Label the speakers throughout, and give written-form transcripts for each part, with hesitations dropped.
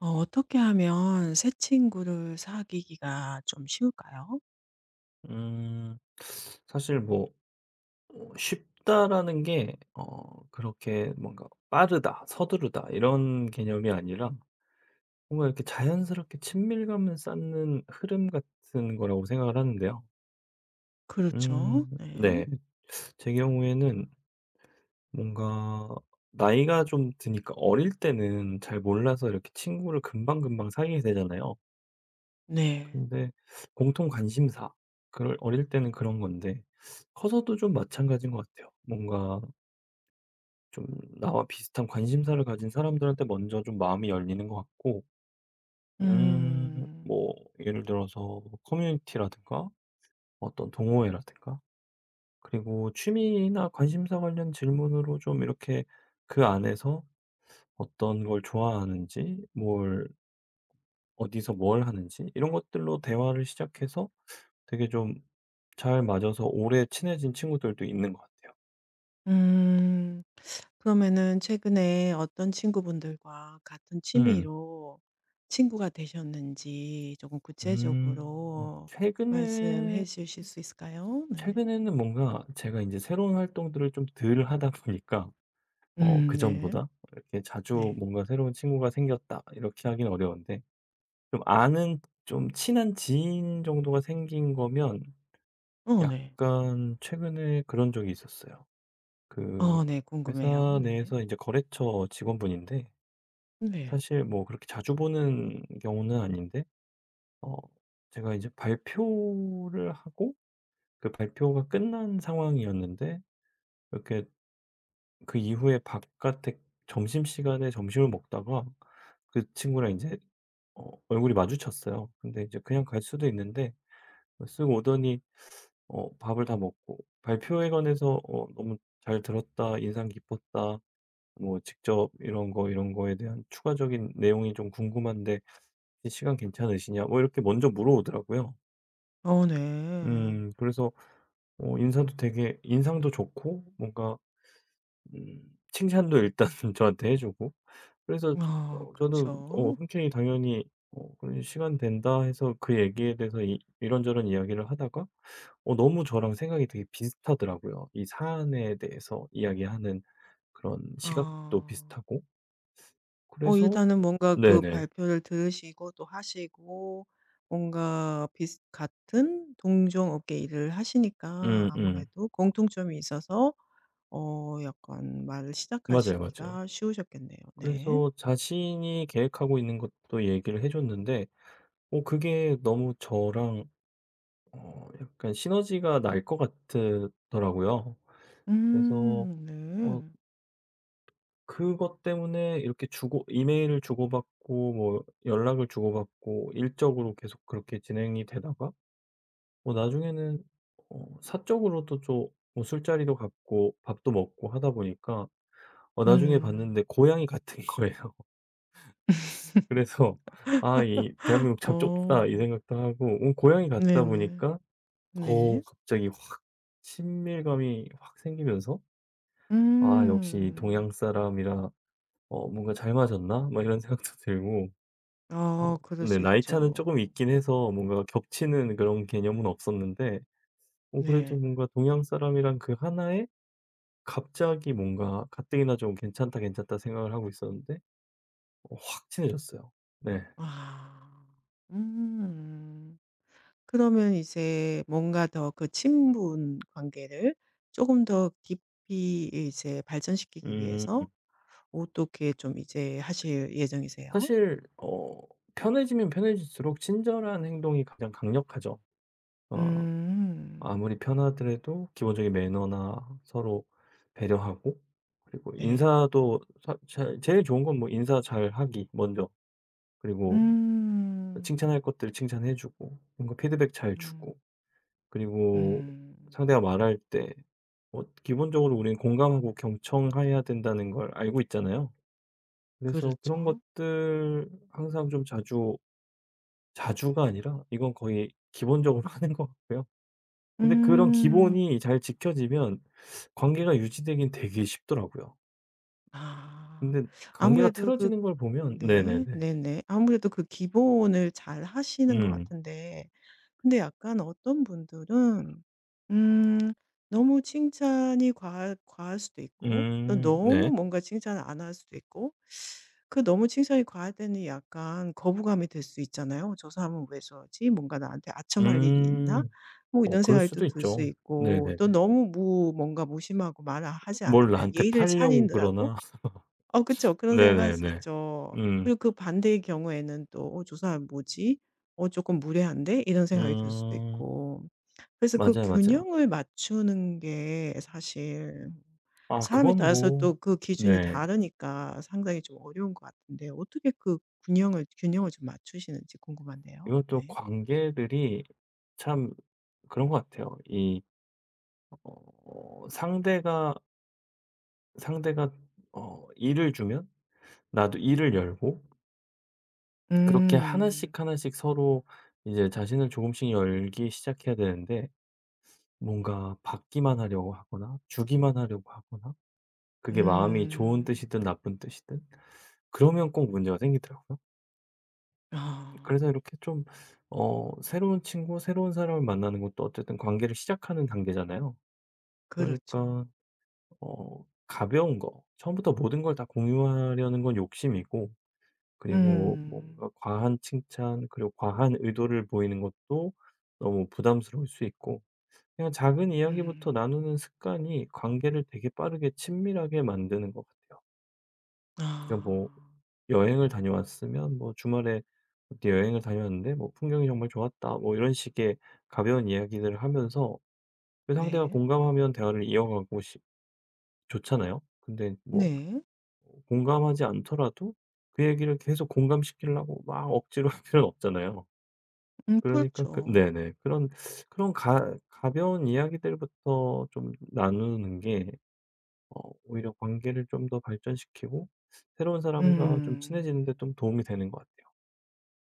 Speaker 1: 어 어떻게 하면 새 친구를 사귀기가 좀 쉬울까요?
Speaker 2: 음. 사실 뭐 쉽다라는 게 그렇게 뭔가 빠르다, 서두르다 이런 개념이 아니라 뭔가 이렇게 자연스럽게 친밀감을 쌓는 흐름 같은 거라고 생각을 하는데요.
Speaker 1: 그렇죠. 네.
Speaker 2: 네. 제 경우에는 뭔가 나이가 좀 드니까 어릴 때는 잘 몰라서 이렇게 친구를 금방금방 사귀게 되잖아요.
Speaker 1: 네.
Speaker 2: 근데 공통 관심사 그럴 어릴 때는 그런 건데 커서도 좀 마찬가지인 것 같아요. 뭔가 좀 나와 비슷한 관심사를 가진 사람들한테 먼저 좀 마음이 열리는 것 같고,
Speaker 1: 음.
Speaker 2: 뭐, 예를 들어서 커뮤니티라든가 어떤 동호회라든가, 그리고 취미나 관심사 관련 질문으로 좀 이렇게 그 안에서 어떤 걸 좋아하는지, 뭘, 어디서 뭘 하는지, 이런 것들로 대화를 시작해서 되게 좀 잘 맞아서 오래 친해진 친구들도 있는 것 같아요.
Speaker 1: 음. 그러면은 최근에 어떤 친구분들과 같은
Speaker 2: 음,
Speaker 1: 취미로 친구가 되셨는지 조금 구체적으로
Speaker 2: 최근에
Speaker 1: 말씀해 주실 수 있을까요? 네.
Speaker 2: 최근에는 뭔가 제가 이제 새로운 활동들을 좀 덜 하다 보니까
Speaker 1: 네.
Speaker 2: 그전보다 이렇게 자주
Speaker 1: 네.
Speaker 2: 뭔가 새로운 친구가 생겼다 이렇게 하긴 어려운데 좀 아는 좀 친한 지인 정도가 생긴 거면
Speaker 1: 어 네.
Speaker 2: 약간 최근에 그런 적이 있었어요. 그
Speaker 1: 어 네. 궁금해요.
Speaker 2: 회사
Speaker 1: 네.
Speaker 2: 내에서 이제 거래처 직원분인데
Speaker 1: 네.
Speaker 2: 사실 뭐 그렇게 자주 보는 경우는 아닌데 어 제가 이제 발표를 하고 그 발표가 끝난 상황이었는데 이렇게 그 이후에 바깥에 점심시간에 점심을 먹다가 그 친구랑 인제 얼굴이 마주쳤어요. 근데 이제 그냥 갈 수도 있는데 쓱 오더니 밥을 다 먹고 발표에 관해서 어 "너무 잘 들었다. 인상 깊었다. 뭐 직접 이런 거, 이런 거에 대한 추가적인 내용이 좀 궁금한데 혹시 시간 괜찮으시냐?" 뭐 이렇게 먼저 물어오더라고요.
Speaker 1: 어 네.
Speaker 2: 그래서 인사도 되게 인상도 좋고 뭔가 음 칭찬도 일단 저한테 해 주고 그래서
Speaker 1: 아
Speaker 2: 저는
Speaker 1: 그쵸.
Speaker 2: 흔쾌히 당연히 어 "그래 시간 된다." 해서 그 얘기에 대해서 이 이런저런 이야기를 하다가 너무 저랑 생각이 되게 비슷하더라고요. 이 사안에 대해서 이야기하는 그런 시각도
Speaker 1: 아.
Speaker 2: 비슷하고.
Speaker 1: 어
Speaker 2: 그래서
Speaker 1: 일단은 뭔가 그
Speaker 2: 네네.
Speaker 1: 발표를 들으시고 또 하시고 뭔가 비슷 같은 동종업계 일을 하시니까
Speaker 2: 음음.
Speaker 1: 아무래도 공통점이 있어서 어 약간 말을
Speaker 2: 맞아요, 맞아요.
Speaker 1: 시작하시기가 쉬우셨겠네요. 네.
Speaker 2: 그래서 자신이 계획하고 있는 것도 얘기를 해 줬는데 그게 너무 저랑 약간 시너지가 날 것 같더라고요. 그래서 어
Speaker 1: 네.
Speaker 2: 그것 때문에 이렇게 주고 이메일을 주고받고 뭐 연락을 주고받고 일적으로 계속 그렇게 진행이 되다가 뭐 나중에는 사적으로도 좀뭐 술자리도 갖고 밥도 먹고 하다 보니까 나중에 봤는데
Speaker 1: 음.
Speaker 2: 고양이 같은 거예요. 그래서 '아 이 대한민국 참 좁다.' 이
Speaker 1: 어.
Speaker 2: 생각도 하고 고양이 같다
Speaker 1: 네네.
Speaker 2: 보니까 더
Speaker 1: 네.
Speaker 2: 갑자기 확 친밀감이 확 생기면서 '아 역시 이
Speaker 1: 음.
Speaker 2: 동양 사람이라 뭔가 잘 맞았나?' 막 이런 생각도 들고 어
Speaker 1: 아 그럴
Speaker 2: 데
Speaker 1: 수
Speaker 2: 나이 차는
Speaker 1: 있죠.
Speaker 2: 조금 있긴 해서 뭔가 겹치는 그런 개념은 없었는데 그래도
Speaker 1: 네.
Speaker 2: 뭔가 동양 사람이랑 그 하나에 갑자기 뭔가 가뜩이나 좀 '괜찮다, 괜찮다.' 생각을 하고 있었는데 확 친해졌어요. 네.
Speaker 1: 아. 음. 그러면 이제 뭔가 더 그 친분 관계를 조금 더 깊이 이제 발전시키기
Speaker 2: 음
Speaker 1: 위해서 어떻게 좀 이제 하실 예정이세요?
Speaker 2: 사실 편해지면 편해질수록 친절한 행동이 가장 강력하죠. 어.
Speaker 1: 음.
Speaker 2: 아무리 편하더라도 기본적인 매너나 서로 배려하고 그리고
Speaker 1: 네.
Speaker 2: 인사도 제일 좋은 건 뭐 인사 잘하기 먼저. 그리고
Speaker 1: 음.
Speaker 2: 칭찬할 것들 칭찬해 주고 뭔가 피드백 잘
Speaker 1: 음.
Speaker 2: 주고 그리고
Speaker 1: 음.
Speaker 2: 상대가 말할 때 뭐 기본적으로 우리는 공감하고 경청해야 된다는 걸 알고 있잖아요. 그래서 그런
Speaker 1: 그렇죠.
Speaker 2: 것들 항상 좀 자주 자주가 아니라 이건 거의 기본적으로 하는 것 같고요. 근데 그런
Speaker 1: 음.
Speaker 2: 기본이 잘 지켜지면 관계가 유지되긴 되게 쉽더라고요.
Speaker 1: 아.
Speaker 2: 근데 관계가
Speaker 1: 아무래도 그
Speaker 2: 틀어지는 걸 보면 네네네.
Speaker 1: 네. 네네. 아무래도 그 기본을 잘 하시는 것
Speaker 2: 음.
Speaker 1: 같은데 근데 약간 어떤 분들은 음 너무 칭찬이 과할 수도 있고 또
Speaker 2: 음.
Speaker 1: 너무
Speaker 2: 네.
Speaker 1: 뭔가 칭찬을 안 할 수도 있고 그 너무 칭찬이 과할 때는 약간 거부감이 들 수 있잖아요. '저 사람은 왜 저러지? 뭔가 나한테 아첨할 일이 있나?'
Speaker 2: 음.
Speaker 1: 뭐
Speaker 2: 어
Speaker 1: 이런
Speaker 2: 그럴
Speaker 1: 생각이 또
Speaker 2: 수도
Speaker 1: 들 수
Speaker 2: 있죠.
Speaker 1: 있고
Speaker 2: 네네네.
Speaker 1: 또 너무 무 뭔가 무심하고 말을 하지
Speaker 2: 뭘
Speaker 1: 않으면
Speaker 2: 나한테
Speaker 1: 예의를
Speaker 2: 팔려고
Speaker 1: 차리느라고
Speaker 2: 그러나.
Speaker 1: 어 그쵸. 그런 생각할 수
Speaker 2: 네네네.
Speaker 1: 있죠.
Speaker 2: 음.
Speaker 1: 그리고 그 반대의 경우에는 또 '어 저 사람 뭐지? 어 조금 무례한데?' 이런 생각이 들 수도
Speaker 2: 음.
Speaker 1: 있고. 그래서 그
Speaker 2: 맞아요, 맞아요.
Speaker 1: 균형을 맞추는 게 사실
Speaker 2: 아
Speaker 1: 사람에
Speaker 2: 그건
Speaker 1: 따라서
Speaker 2: 뭐
Speaker 1: 또 그 기준이
Speaker 2: 네.
Speaker 1: 다르니까 상당히 좀 어려운 것 같은데 어떻게 그 균형을 좀 맞추시는지 궁금한데요.
Speaker 2: 이것도
Speaker 1: 네.
Speaker 2: 관계들이 참 그런 것 같아요. 이 어 상대가 상대가 일을 주면 나도 이를 열고 그렇게
Speaker 1: 음.
Speaker 2: 하나씩 하나씩 서로 이제 자신을 조금씩 열기 시작해야 되는데 뭔가 받기만 하려고 하거나 주기만 하려고 하거나 그게 마음이 좋은
Speaker 1: 음.
Speaker 2: 뜻이든 나쁜 뜻이든 그러면 꼭 문제가 생기더라고요.
Speaker 1: 아.
Speaker 2: 그래서 이렇게 좀 새로운 친구, 새로운 사람을 만나는 것도 어쨌든 관계를 시작하는 단계잖아요. 그러니까
Speaker 1: 그렇죠.
Speaker 2: 가벼운 거 처음부터 모든 걸 다 공유하려는 건 욕심이고 그리고
Speaker 1: 음.
Speaker 2: 뭔가 과한 칭찬, 그리고 과한 의도를 보이는 것도 너무 부담스러울 수 있고, 그냥 작은 이야기부터
Speaker 1: 음.
Speaker 2: 나누는 습관이 관계를 되게 빠르게 친밀하게 만드는 것 같아요. 그러니까 뭐,
Speaker 1: 아.
Speaker 2: 여행을 다녀왔으면, 뭐, 주말에 어디 여행을 다녀왔는데, 뭐, 풍경이 정말 좋았다, 뭐, 이런 식의 가벼운 이야기들을 하면서, 그 상대가
Speaker 1: 네.
Speaker 2: 공감하면 대화를 이어가고 싶, 좋잖아요. 근데 뭐,
Speaker 1: 네.
Speaker 2: 공감하지 않더라도 그 얘기를 계속 공감시키려고 막 억지로 할 필요는 없잖아요. 그러니까 그
Speaker 1: 그렇죠.
Speaker 2: 네네. 그런 가 가벼운 이야기들부터 좀 나누는 게 오히려 관계를 좀 더 발전시키고 새로운 사람과 좀 친해지는 데
Speaker 1: 음.
Speaker 2: 좀 도움이 되는 것 같아요.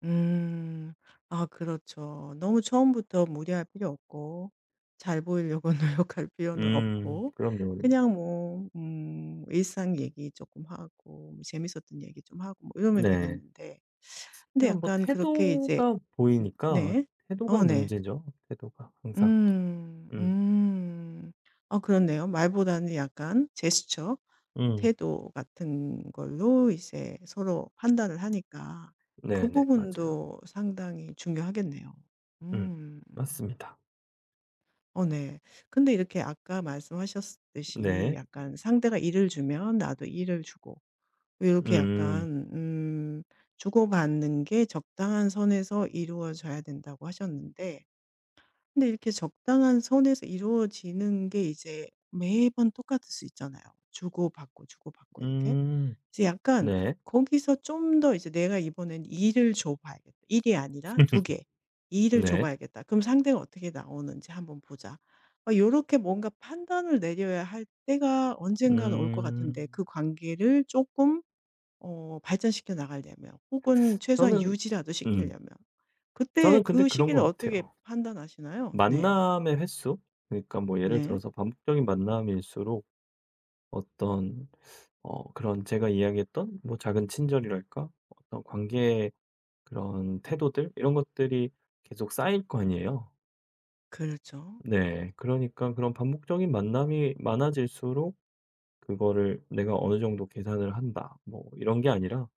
Speaker 1: 음. 아 그렇죠. 너무 처음부터 무리할 필요 없고 잘 보이려고 노력할 필요는
Speaker 2: 음.
Speaker 1: 없고
Speaker 2: 그럼요, 그럼요.
Speaker 1: 그냥 뭐 일상 얘기 조금 하고 뭐 재밌었던 얘기 좀 하고 뭐 이러면
Speaker 2: 네.
Speaker 1: 되겠는데 근데
Speaker 2: 그냥 뭐
Speaker 1: 약간 그렇게 이제
Speaker 2: 태도가 보이니까
Speaker 1: 네.
Speaker 2: 태도가
Speaker 1: 어 네.
Speaker 2: 문제죠, 태도가 항상.
Speaker 1: 음.
Speaker 2: 음.
Speaker 1: 음. 아 그렇네요. 말보다는 약간 제스처.
Speaker 2: 음.
Speaker 1: 태도 같은 걸로 이제 서로 판단을 하니까 그
Speaker 2: 네네. 맞아요.
Speaker 1: 부분도 상당히 중요하겠네요.
Speaker 2: 음.
Speaker 1: 음.
Speaker 2: 맞습니다.
Speaker 1: 어 네. 근데 이렇게 아까 말씀하셨듯이
Speaker 2: 네.
Speaker 1: 약간 상대가 일을 주면 나도 일을 주고 요렇게
Speaker 2: 음.
Speaker 1: 약간 주고받는 게 적당한 선에서 이루어져야 된다고 하셨는데 근데 이렇게 적당한 선에서 이루어지는 게 이제 매번 똑같을 수 있잖아요. 주고받고 주고받고 이렇게.
Speaker 2: 음.
Speaker 1: 그래서 약간
Speaker 2: 네.
Speaker 1: 거기서 좀 더 이제 '내가 이번엔 일을 줘 봐야겠다. 1이 아니라 2개 개, 일을 줘
Speaker 2: 네.
Speaker 1: 봐야겠다. 그럼 상대가 어떻게 나오는지 한번 보자.' 막 요렇게 뭔가 판단을 내려야 할 때가 언젠가는 올 것 같은데
Speaker 2: 음.
Speaker 1: 그 관계를 조금 어 발전시켜 나가려면 혹은 최소한
Speaker 2: 저는
Speaker 1: 유지라도
Speaker 2: 음.
Speaker 1: 시키려면 그때
Speaker 2: 저는 근데
Speaker 1: 그
Speaker 2: 그런
Speaker 1: 시기를
Speaker 2: 것
Speaker 1: 어떻게
Speaker 2: 같아요.
Speaker 1: 판단하시나요? 네.
Speaker 2: 만남의 횟수? 그러니까 뭐 예를
Speaker 1: 네.
Speaker 2: 들어서 반복적인 만남일수록 어떤 그런 제가 이야기했던 뭐 작은 친절이랄까? 어떤 관계의 그런 태도들 이런 것들이 계속 쌓일 거 아니에요.
Speaker 1: 그렇죠.
Speaker 2: 네. 그러니까 그런 반복적인 만남이 많아질수록 그거를 '내가 어느 정도 계산을 한다.' 뭐 이런 게 아니라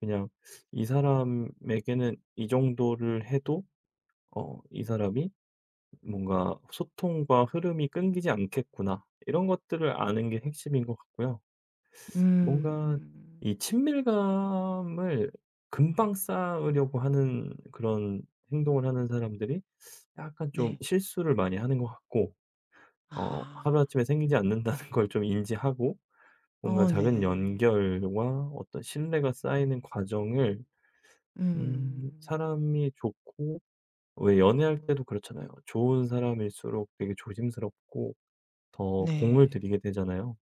Speaker 2: 그냥 '이 사람에게는 이 정도를 해도 이 사람이 뭔가 '소통과 흐름이 끊기지 않겠구나.' 이런 것들을 아는 게 핵심인 것 같고요. 뭔가
Speaker 1: 음.
Speaker 2: 이 친밀감을 금방 쌓으려고 하는 그런 행동을 하는 사람들이 약간 좀
Speaker 1: 네.
Speaker 2: 실수를 많이 하는 것 같고
Speaker 1: 아.
Speaker 2: 하루아침에 생기지 않는다는 걸 좀 인지하고 뭔가
Speaker 1: 어
Speaker 2: 작은
Speaker 1: 네.
Speaker 2: 연결과 어떤 신뢰가 쌓이는 과정을
Speaker 1: 음.
Speaker 2: 사람이 좋고 왜 연애할 때도 그렇잖아요. 좋은 사람일수록 되게 조심스럽고 더 공을
Speaker 1: 네.
Speaker 2: 들이게 되잖아요.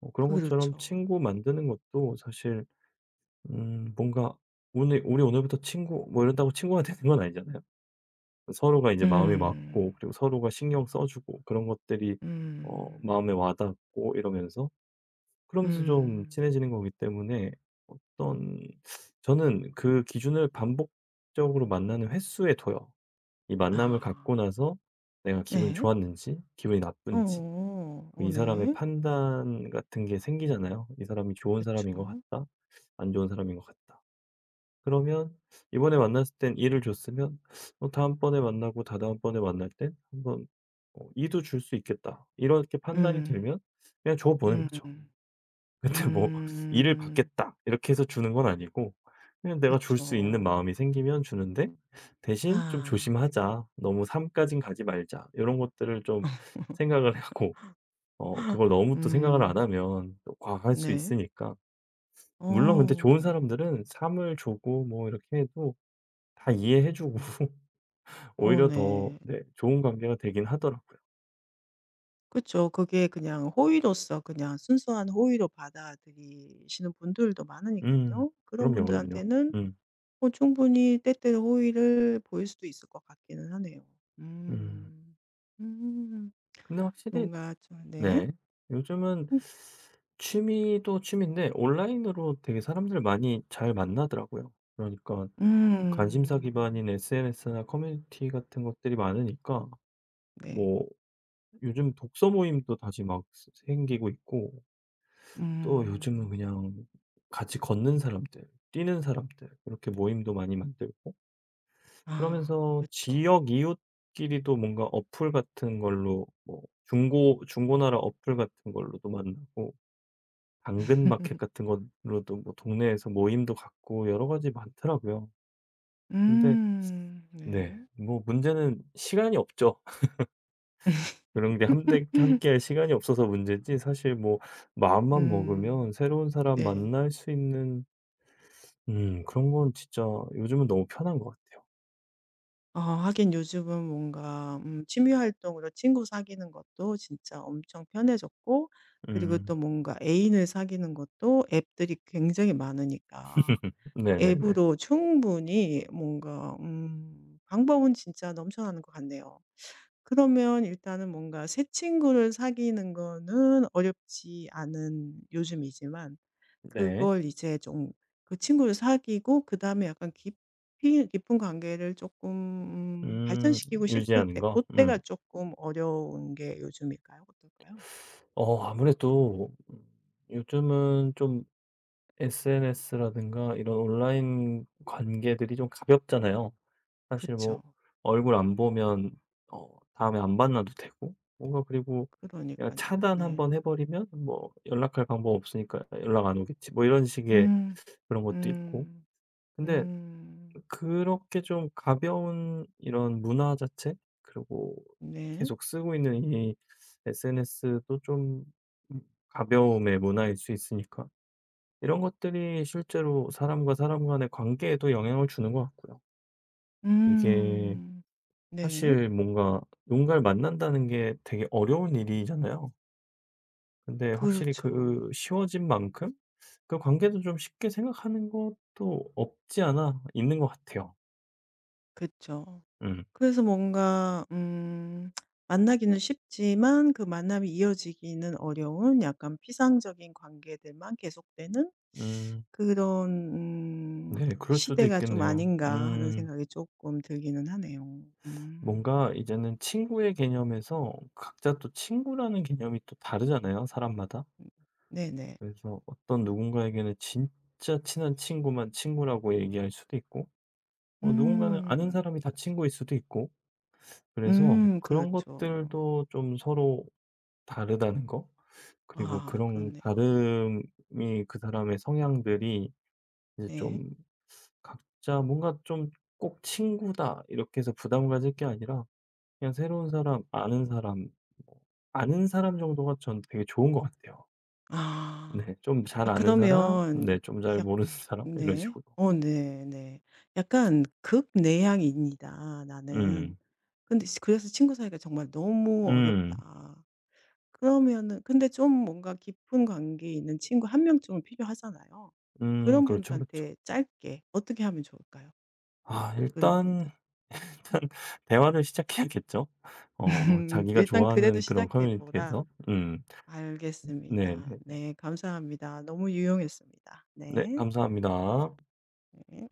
Speaker 2: 그런 것처럼
Speaker 1: 그렇죠.
Speaker 2: 친구 만드는 것도 사실 뭔가 오늘 "우리 오늘부터 친구" 뭐 이런다고 친구가 되는 건 아니잖아요. 서로가 이제 마음이 맞고
Speaker 1: 음.
Speaker 2: 그리고 서로가 신경 써 주고 그런 것들이 마음에
Speaker 1: 음.
Speaker 2: 와 닿고 이러면서 그러면서 좀
Speaker 1: 음.
Speaker 2: 친해지는 거기 때문에 어떤 저는 그 기준을 반복적으로 만나는 횟수에 둬요. 이 만남을 갖고
Speaker 1: 아.
Speaker 2: 나서 내가 기분이
Speaker 1: 네.
Speaker 2: 좋았는지 기분이 나쁜지.
Speaker 1: 어어.
Speaker 2: 그
Speaker 1: 어
Speaker 2: 이 사람의
Speaker 1: 네.
Speaker 2: 판단 같은 게 생기잖아요. '이 사람이 좋은
Speaker 1: 그쵸.
Speaker 2: 사람인 것 같다. 안 좋은 사람인 것 같다.' 그러면 이번에 만났을 땐일를 줬으면 다음번에 만나고 다다음번에 만날 땐 한번 어도줄 수 있겠다. 이렇게 판단이
Speaker 1: 음.
Speaker 2: 들면 그냥 줘 보는
Speaker 1: 음.
Speaker 2: 거죠. 근데 뭐 2 를
Speaker 1: 음.
Speaker 2: 받겠다 이렇게 해서 주는 건 아니고 그냥 내가 줄 수 있는
Speaker 1: 그쵸.
Speaker 2: 마음이 생기면 주는데 대신 좀
Speaker 1: 아.
Speaker 2: '조심하자. 너무 삶 까진 가지 말자.' 이런 것들을 좀 생각을 하고 그걸 너무 또 생각을 안
Speaker 1: 음.
Speaker 2: 하면 또 과할 수
Speaker 1: 네.
Speaker 2: 있으니까. 물론 근데 좋은
Speaker 1: 어.
Speaker 2: 사람들은 삶을 주고 뭐 이렇게 해도 다 이해해 주고
Speaker 1: 어
Speaker 2: 오히려 더
Speaker 1: 네.
Speaker 2: 네 좋은 관계가 되긴 하더라고요.
Speaker 1: 그쵸. 그게 그냥 호의로서 그냥 순수한 호의로 받아들이시는 분들도
Speaker 2: 음.
Speaker 1: 많으니깐요. 그런
Speaker 2: 그럼요, 그럼요.
Speaker 1: 분들한테는
Speaker 2: 음.
Speaker 1: 어 충분히 때때로 호의를 보일 수도 있을 것 같기는 하네요.
Speaker 2: 음.
Speaker 1: 음. 음.
Speaker 2: 근데 확실히
Speaker 1: 뭔가 좀 네.
Speaker 2: 네. 요즘은
Speaker 1: 음.
Speaker 2: 취미도 취미인데 온라인으로 되게 사람들 많이 잘 만나더라고요. 그러니까 관심사
Speaker 1: 음.
Speaker 2: 기반인 SNS나 커뮤니티 같은 것들이 많으니까
Speaker 1: 네.
Speaker 2: 뭐 요즘 독서 모임도 다시 막 스 생기고 있고 또 요즘은
Speaker 1: 음.
Speaker 2: 그냥 같이 걷는 사람들, 뛰는 사람들 이렇게 모임도 많이 만들고
Speaker 1: 아 그
Speaker 2: 그러면서
Speaker 1: 렇죠
Speaker 2: 지역 이웃끼리도 뭔가 어플 같은 걸로 뭐 중고나라 어플 같은 걸로도 만나고 당근 마켓 같은 걸로도 뭐 동네에서 모임도 갖고 여러 가지 많더라고요. 근데
Speaker 1: 네.
Speaker 2: 네 뭐 문제는 시간이 없죠. 그런 게 함대 함께할 시간이 없어서 문제지 사실 뭐 마음만 먹으면
Speaker 1: 음.
Speaker 2: 새로운 사람
Speaker 1: 네.
Speaker 2: 만날 수 있는 그런 건 진짜 요즘은 너무 편한 것 같아요.
Speaker 1: 어, 하긴 요즘은 뭔가 취미 활동으로 친구 사귀는 것도 진짜 엄청 편해졌고 그리고 또
Speaker 2: 음.
Speaker 1: 뭔가 애인을 사귀는 것도 앱들이 굉장히 많으니까 뭐
Speaker 2: 네네네.
Speaker 1: 앱으로 충분히 뭔가 방법은 진짜 넘쳐나는 것 같네요. 그러면 일단은 뭔가 새 친구를 사귀는 거는 어렵지 않은 요즘이지만
Speaker 2: 네.
Speaker 1: 그걸 이제 좀 그 친구를 사귀고 그다음에 약간 깊이 깊은 관계를 조금
Speaker 2: 음
Speaker 1: 발전시키고 싶을
Speaker 2: 유지하는
Speaker 1: 때
Speaker 2: 거?
Speaker 1: 그때가
Speaker 2: 음.
Speaker 1: 조금 어려운 게 요즘일까요? 어떨까요?
Speaker 2: 아무래도 요즘은 좀 SNS라든가 이런 온라인 관계들이 좀 가볍잖아요.
Speaker 1: 그
Speaker 2: 사실 뭐
Speaker 1: 죠
Speaker 2: 얼굴 안 보면 다음에 안 만나도 되고 뭔가 그리고
Speaker 1: 그러니까
Speaker 2: 그냥
Speaker 1: 요 네.
Speaker 2: 차단 한번 해 버리면 뭐 연락할 방법 없으니까 '연락 안 오겠지.' 뭐 이런 식의
Speaker 1: 음.
Speaker 2: 그런 것도 있고.
Speaker 1: 음.
Speaker 2: 근데
Speaker 1: 음.
Speaker 2: 그렇게 좀 가벼운 이런 문화 자체 그리고
Speaker 1: 네.
Speaker 2: 계속 쓰고 있는 이 SNS도 좀 음 가벼움의 문화일 수 있으니까 이런 것들이 실제로 사람과 사람 간의 관계에도 영향을 주는 것 같고요. 이게
Speaker 1: 음. 네.
Speaker 2: 사실 뭔가 누군가를 만난다는 게 되게 어려운 일이잖아요. 근데 확실히
Speaker 1: 그렇죠.
Speaker 2: 그 쉬워진 만큼 그 관계도 좀 쉽게 생각하는 것도 없지 않아 있는 것 같아요.
Speaker 1: 그죠
Speaker 2: 음.
Speaker 1: 그래서 뭔가 만나기는 쉽지만 그 만남이 이어지기는 어려운 약간 피상적인 관계들만 계속되는
Speaker 2: 음.
Speaker 1: 그런 음
Speaker 2: 네. 그럴 수도
Speaker 1: 시대가 좀
Speaker 2: 있겠네요.
Speaker 1: 아닌가 하는
Speaker 2: 음.
Speaker 1: 생각이 조금 들기는 하네요. 음.
Speaker 2: 뭔가 이제는 친구의 개념에서 각자 또 친구라는 개념이 또 다르잖아요, 사람마다.
Speaker 1: 음 네네.
Speaker 2: 그래서 어떤 누군가에게는 진짜 친한 친구만 친구라고 얘기할 수도 있고, 누군가는 아는
Speaker 1: 음.
Speaker 2: 사람이 다 친구일 수도 있고, 그래서 그런
Speaker 1: 그렇죠.
Speaker 2: 것들도 좀 서로 다르다는 거, 그리고
Speaker 1: 아
Speaker 2: 그런
Speaker 1: 그렇네요.
Speaker 2: 다름이 그 사람의 성향들이 이제
Speaker 1: 네.
Speaker 2: 좀 각자 뭔가 좀 '꼭 친구다.' 이렇게 해서 부담 가질 게 아니라 그냥 새로운 사람, 아는 사람 뭐 아는 사람 정도가 전 되게 좋은 것 같아요.
Speaker 1: 아.
Speaker 2: 네. 좀 잘
Speaker 1: 아
Speaker 2: 아는 사람,
Speaker 1: 그러면
Speaker 2: 네 좀 잘
Speaker 1: 약
Speaker 2: 모르는 사람 이런
Speaker 1: 네.
Speaker 2: 식으로.
Speaker 1: 어 네 네. 약간 극내향인이다 나는.
Speaker 2: 음.
Speaker 1: 근데 시 그래서 친구 사이가 정말 너무
Speaker 2: 음.
Speaker 1: 어렵다. 그러면은 근데 좀 뭔가 깊은 관계 있는 친구 한 명쯤은 필요하잖아요.
Speaker 2: 음.
Speaker 1: 그런
Speaker 2: 그렇죠, 그렇죠.
Speaker 1: 분들한테 짧게 어떻게 하면 좋을까요?
Speaker 2: 아
Speaker 1: 그런
Speaker 2: 일단
Speaker 1: 분들.
Speaker 2: 일단 대화를 시작해야겠죠. 어 자기가
Speaker 1: "일단 그래도
Speaker 2: 좋아하는 그런
Speaker 1: 시작해 보라."
Speaker 2: 커뮤니티에서. 음. 네네네.
Speaker 1: 알겠습니다.
Speaker 2: 네 네.
Speaker 1: 네 감사합니다. 너무 유용했습니다.
Speaker 2: 네,
Speaker 1: 네.
Speaker 2: 감사합니다.
Speaker 1: 네.